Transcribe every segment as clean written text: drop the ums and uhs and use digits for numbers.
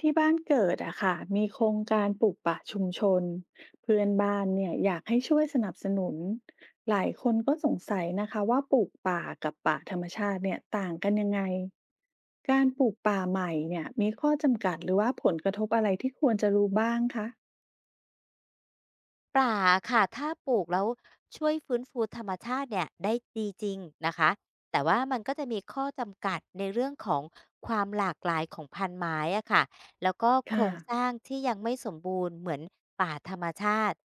ที่บ้านเกิดอะค่ะมีโครงการปลูกป่าชุมชนเพื่อนบ้านเนี่ยอยากให้ช่วยสนับสนุน หลายคนก็สงสัยนะคะว่าปลูกป่ากับป่าธรรมชาติเนี่ยต่างกันยังไงการปลูกป่าใหม่เนี่ยมีข้อจำกัดหรือว่าผลกระทบอะไรที่ควรจะรู้บ้างคะป่าค่ะถ้าปลูกแล้วช่วยฟื้นฟูธรรมชาติเนี่ยได้ดีจริงนะคะแต่ว่ามันก็จะมีข้อจำกัดในเรื่องของความหลากหลายของพันไม้อะค่ะแล้วก็โครค่ะงสร้างที่ยังไม่สมบูรณ์เหมือนป่าธรรมชาติ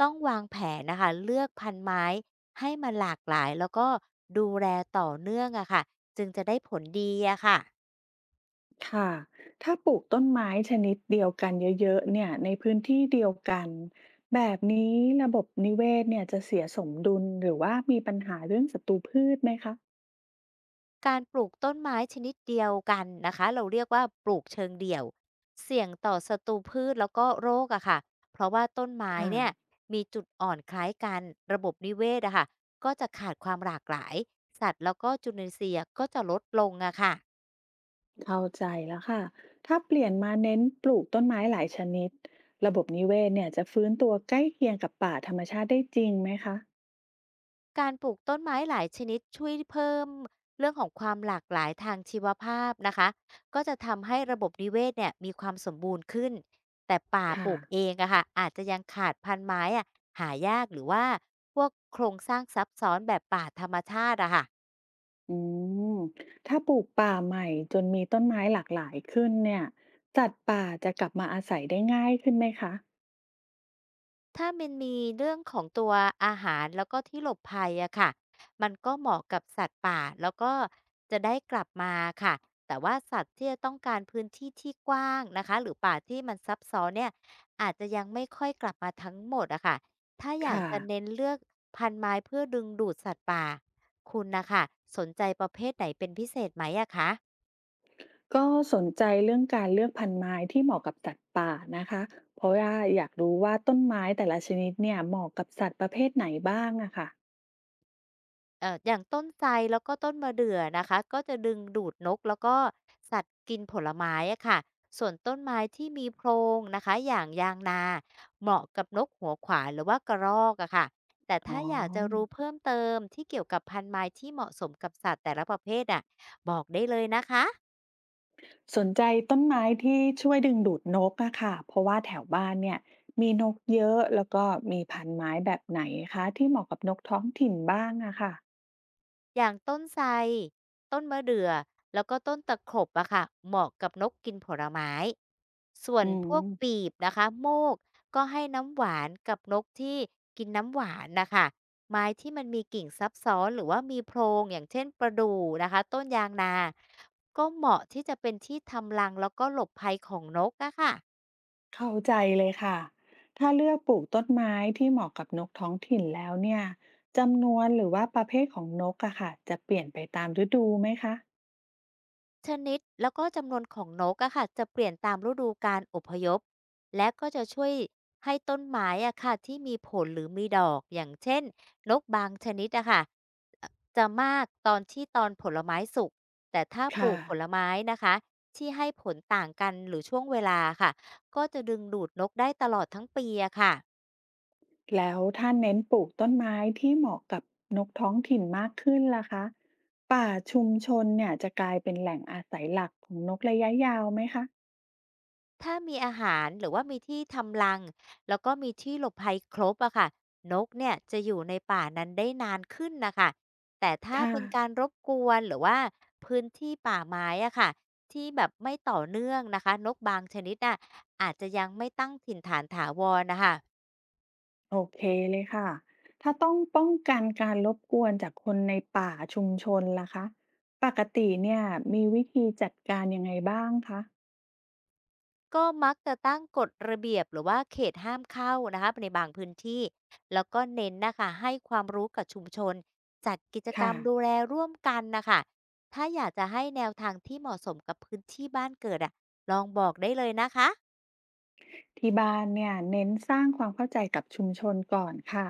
ต้องวางแผนนะคะเลือกพันไม้ให้มันหลากหลายแล้วก็ดูแลต่อเนื่องอะค่ะจึงจะได้ผลดีอะค่ะ ค่ะถ้าปลูกต้นไม้ชนิดเดียวกันเยอะๆเนี่ยในพื้นที่เดียวกันแบบนี้ระบบนิเวศเนี่ยจะเสียสมดุลหรือว่ามีปัญหาเรื่องศัตรูพืชไหมคะ การปลูกต้นไม้ชนิดเดียวกันนะคะเราเรียกว่าปลูกเชิงเดี่ยวเสี่ยงต่อศัตรูพืชแล้วก็โรคอะค่ะเพราะว่าต้นไม้ค่ะเนี่ยมีจุดอ่อนคล้ายกันระบบนิเวศอะค่ะก็จะขาดความหลากหลายสัตว์แล้วก็จุลินทรีย์ก็จะลดลงอะค่ะ เข้าใจแล้วค่ะถ้าเปลี่ยนมาเน้นปลูกต้นไม้หลายชนิดระบบนิเวศเนี่ยจะฟื้นตัวใกล้เคียงกับป่าธรรมชาติได้จริงไหมคะการปลูกต้นไม้หลายชนิดช่วยเพิ่มเรื่องของความหลากหลายทางชีวภาพนะคะก็จะทำให้ระบบนิเวศเนี่ยมีความสมบูรณ์ขึ้นแต่ป่าปค่ะลูกเองอะค่ะอาจจะยังขาดพันธุ์ไม้อะหายากหรือว่าพวกโครงสร้างซับซ้อนแบบป่าธรรมชาติอะค่ะ อืมถ้าปลูกป่าใหม่จนมีต้นไม้หลากหลายขึ้นเนี่ยสัตว์ป่าจะกลับมาอาศัยได้ง่ายขึ้นไหมคะถ้ามันมีเรื่องของตัวอาหารแล้วก็ที่หลบภัยอะค่ะมันก็เหมาะกับสัตว์ป่าแล้วก็จะได้กลับมาค่ะแต่ว่าสัตว์ที่จะต้องการพื้นที่ที่กว้างนะคะหรือป่าที่มันซับซ้อนเนี่ยอาจจะยังไม่ค่อยกลับมาทั้งหมดอะค่ะถ้าอยากค่ะจะเน้นเลือกพันไม้เพื่อดึงดูดสัตว์ป่าคุณนะคะสนใจประเภทไหนเป็นพิเศษไหมอะคะ ก็สนใจเรื่องการเลือกพันธุ์ไม้ที่เหมาะกับสัตว์ป่านะคะเพราะว่าอยากรู้ว่าต้นไม้แต่ละชนิดเนี่ยเหมาะกับสัตว์ประเภทไหนบ้างอะค่ะอย่างต้นไทรแล้วก็ต้นมะเดื่อนะคะก็จะดึงดูดนกแล้วก็สัตว์กินผลไม้อะค่ะส่วนต้นไม้ที่มีโพรงนะคะอย่างยางนาเหมาะกับนกหัวขวานหรือว่ากระรอกอะค่ะแต่อ๋อ ถ้าอยากจะรู้เพิ่มเติมที่เกี่ยวกับพันธุ์ไม้ที่เหมาะสมกับสัตว์แต่ละประเภทอะบอกได้เลยนะคะ สนใจต้นไม้ที่ช่วยดึงดูดนกอะค่ะเพราะว่าแถวบ้านเนี่ยมีนกเยอะแล้วก็มีพันธุ์ไม้แบบไหนคะที่เหมาะกับนกท้องถิ่นบ้างอะค่ะอย่างต้นไทรต้นมะเดื่อแล้วก็ต้นตะขบอะค่ะเหมาะกับนกกินผลไม้ ส่วนอืพวกมปีบนะคะโมก ก็ให้น้ำหวานกับนกที่กินน้ำหวานนะคะไม้ที่มันมีกิ่งซับซ้อนหรือว่ามีโพรง อย่างเช่นประดู่นะคะต้นยางนา ก็เหมาะที่จะเป็นที่ทำรังแล้วก็หลบภัยของนกอะค่ะ เข้าใจเลยค่ะถ้าเลือกปลูกต้นไม้ที่เหมาะกับนกท้องถิ่นแล้วเนี่ยจำนวนหรือว่าประเภทของนกอะค่ะจะเปลี่ยนไปตามฤดูไหมคะชนิดแล้วก็จำนวนของนกอะค่ะจะเปลี่ยนตามฤดูการอพยพและก็จะช่วยให้ต้นไม้อะค่ะที่มีผลหรือมีดอกอย่างเช่นนกบางชนิดอะค่ะเอ่อจะมากตอนที่ตอนผลไม้สุกแต่ถ้าปค่ะ ลูกผลไม้นะคะที่ให้ผลต่างกันหรือช่วงเวลาค่ะก็จะดึงดูดนกได้ตลอดทั้งปีอะค่ะ แล้วถ้าเน้นปลูกต้นไม้ที่เหมาะกับนกท้องถิ่นมากขึ้นล่ะคะป่าชุมชนเนี่ยจะกลายเป็นแหล่งอาศัยหลักของนกระยะยาวไหมคะถ้ามีอาหารหรือว่ามีที่ทำรังแล้วก็มีที่หลบภัยครบอะค่ะนกเนี่ยจะอยู่ในป่านั้นได้นานขึ้นนะค่ะแต่ถ้าค่ะเป็นการรบกวนหรือว่าพื้นที่ป่าไม้อะค่ะที่แบบไม่ต่อเนื่องนะคะนกบางชนิดน่ะอาจจะยังไม่ตั้งถิ่นฐานถาวรนะคะ โอเคเลยค่ะถ้าต้องป้องกันการรบกวนจากคนในป่าชุมชนล่ะคะปกติเนี่ยมีวิธีจัดการยังไงบ้างคะก็มักจะตั้งกฎระเบียบหรือว่าเขตห้ามเข้านะคะในบางพื้นที่แล้วก็เน้นนะคะให้ความรู้กับชุมชนจัดกิจกรค่ะ รมดูแลร่วมกันนะคะถ้าอยากจะให้แนวทางที่เหมาะสมกับพื้นที่บ้านเกิดอะลองบอกได้เลยนะคะ ที่บ้านเนี่ยเน้นสร้างความเข้าใจกับชุมชนก่อนค่ะ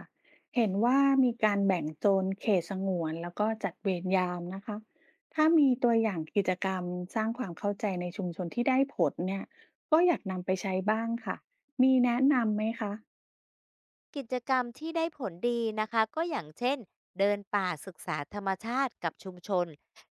เห็นว่ามีการแบ่งโซนเขตสงวนแล้วก็จัดเวรยามนะคะถ้ามีตัวอย่างกิจกรรมสร้างความเข้าใจในชุมชนที่ได้ผลเนี่ยก็อยากนำไปใช้บ้างค่ะมีแนะนำไหมคะกิจกรรมที่ได้ผลดีนะคะก็อย่างเช่นเดินป่าศึกษาธรรมชาติกับชุมชน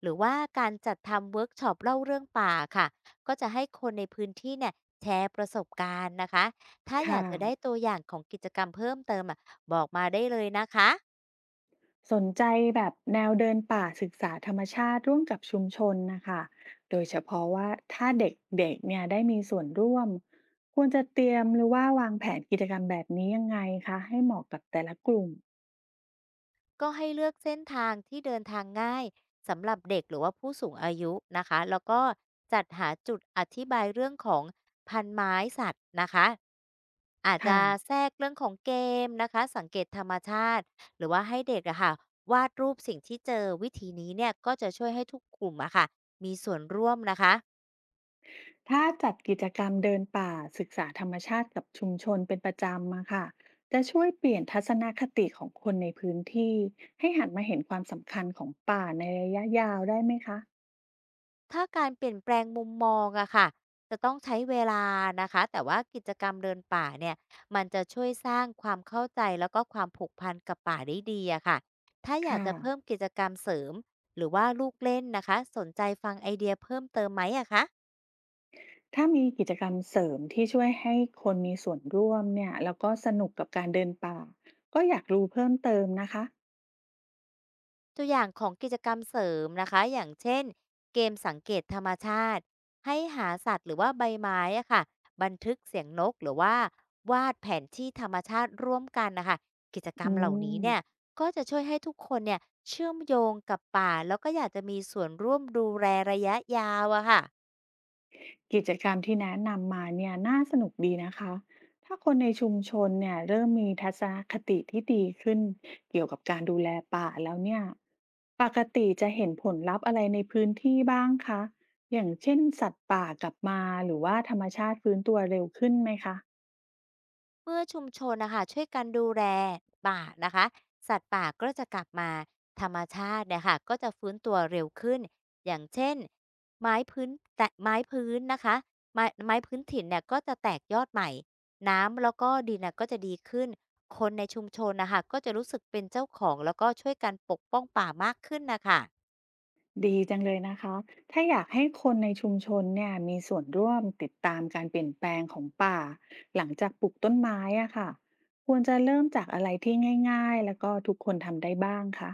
หรือว่าการจัดทำเวิร์กช็อปเล่าเรื่องป่าค่ะก็จะให้คนในพื้นที่เนี่ยแชร์ประสบการณ์นะคะถ้าอยาค่ะ กจะได้ตัวอย่างของกิจกรรมเพิ่มเติมอะบอกมาได้เลยนะคะ สนใจแบบแนวเดินป่าศึกษาธรรมชาติร่วมกับชุมชนนะคะโดยเฉพาะว่าถ้าเด็กๆเนี่ยได้มีส่วนร่วมควรจะเตรียมหรือว่าวางแผนกิจกรรมแบบนี้ยังไงคะให้เหมาะกับแต่ละกลุ่มก็ให้เลือกเส้นทางที่เดินทางง่ายสำหรับเด็กหรือว่าผู้สูงอายุนะคะแล้วก็จัดหาจุดอธิบายเรื่องของพันไม้สัตว์นะคะอาจค่ะจะแทรกเรื่องของเกมนะคะสังเกตธรรมชาติหรือว่าให้เด็กอะค่ะวาดรูปสิ่งที่เจอวิธีนี้เนี่ยก็จะช่วยให้ทุกกลุ่มอะค่ะมีส่วนร่วมนะคะ ถ้าจัดกิจกรรมเดินป่าศึกษาธรรมชาติกับชุมชนเป็นประจำมาค่ะจะช่วยเปลี่ยนทัศนคติของคนในพื้นที่ให้หันมาเห็นความสำคัญของป่าในระยะยาวได้ไหมคะถ้าการเปลี่ยนแปลงมุมมองอะค่ะจะต้องใช้เวลานะคะแต่ว่ากิจกรรมเดินป่าเนี่ยมันจะช่วยสร้างความเข้าใจแล้วก็ความผูกพันกับป่าได้ดีอะค่ะถ้าอยากค่ะ จะเพิ่มกิจกรรมเสริมหรือว่าลูกเล่นนะคะสนใจฟังไอเดียเพิ่มเติมไหมอะคะ ถ้ามีกิจกรรมเสริมที่ช่วยให้คนมีส่วนร่วมเนี่ยแล้วก็สนุกกับการเดินป่าก็อยากรู้เพิ่มเติมนะคะตัวอย่างของกิจกรรมเสริมนะคะอย่างเช่นเกมสังเกตธรรมชาติให้หาสัตว์หรือว่าใบไม้อะค่ะบันทึกเสียงนกหรือว่าวาดแผนที่ธรรมชาติร่วมกันนะคะกิจกรอืรมเหล่านี้มเนี่ยก็จะช่วยให้ทุกคนเนี่ยเชื่อมโยงกับป่าแล้วก็อยากจะมีส่วนร่วมดูแลระยะยาวอะค่ะ กิจกรรมที่แนะนำมาเนี่ยน่าสนุกดีนะคะถ้าคนในชุมชนเนี่ยเริ่มมีทัศนคติที่ดีขึ้นเกี่ยวกับการดูแลป่าแล้วเนี่ยปกติจะเห็นผลลัพธ์อะไรในพื้นที่บ้างคะอย่างเช่นสัตว์ป่ากลับมาหรือว่าธรรมชาติฟื้นตัวเร็วขึ้นไหมคะ เมื่อชุมชนนะคะช่วยกันดูแลป่านะคะสัตว์ป่าก็จะกลับมาธรรมชาติเนี่ยค่ะก็จะฟื้นตัวเร็วขึ้นอย่างเช่นไม้พื้นแตะไม้พื้นนะคะไม้พื้นถิ่นเนี่ยก็จะแตกยอดใหม่น้ำแล้วก็ดินน่ะก็จะดีขึ้นคนในชุมชนนะคะก็จะรู้สึกเป็นเจ้าของแล้วก็ช่วยกันปกป้องป่ามากขึ้นนะคะ ดีจังเลยนะคะ ถ้าอยากให้คนในชุมชนเนี่ยมีส่วนร่วมติดตามการเปลี่ยนแปลงของป่าหลังจากปลูกต้นไม้อะค่ะควรจะเริ่มจากอะไรที่ง่ายๆแล้วก็ทุกคนทำได้บ้างคะ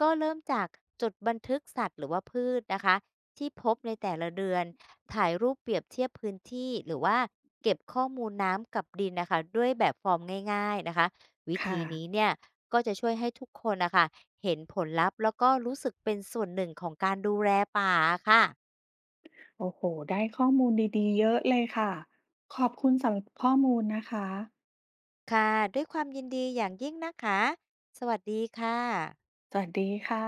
ก็เริ่มจากจดบันทึกสัตว์หรือว่าพืชนะคะที่พบในแต่ละเดือนถ่ายรูปเปรียบเทียบพื้นที่หรือว่าเก็บข้อมูลน้ำกับดินนะคะด้วยแบบฟอร์มง่ายๆนะคะวิธีค่ะนี้เนี่ยก็จะช่วยให้ทุกคนนะคะเห็นผลลัพธ์แล้วก็รู้สึกเป็นส่วนหนึ่งของการดูแลป่าค่ะโอ้โหได้ข้อมูลดีๆเยอะเลยค่ะขอบคุณสำหรับข้อมูลนะคะค่ะด้วยความยินดีอย่างยิ่งนะคะสวัสดีค่ะสวัสดีค่ะ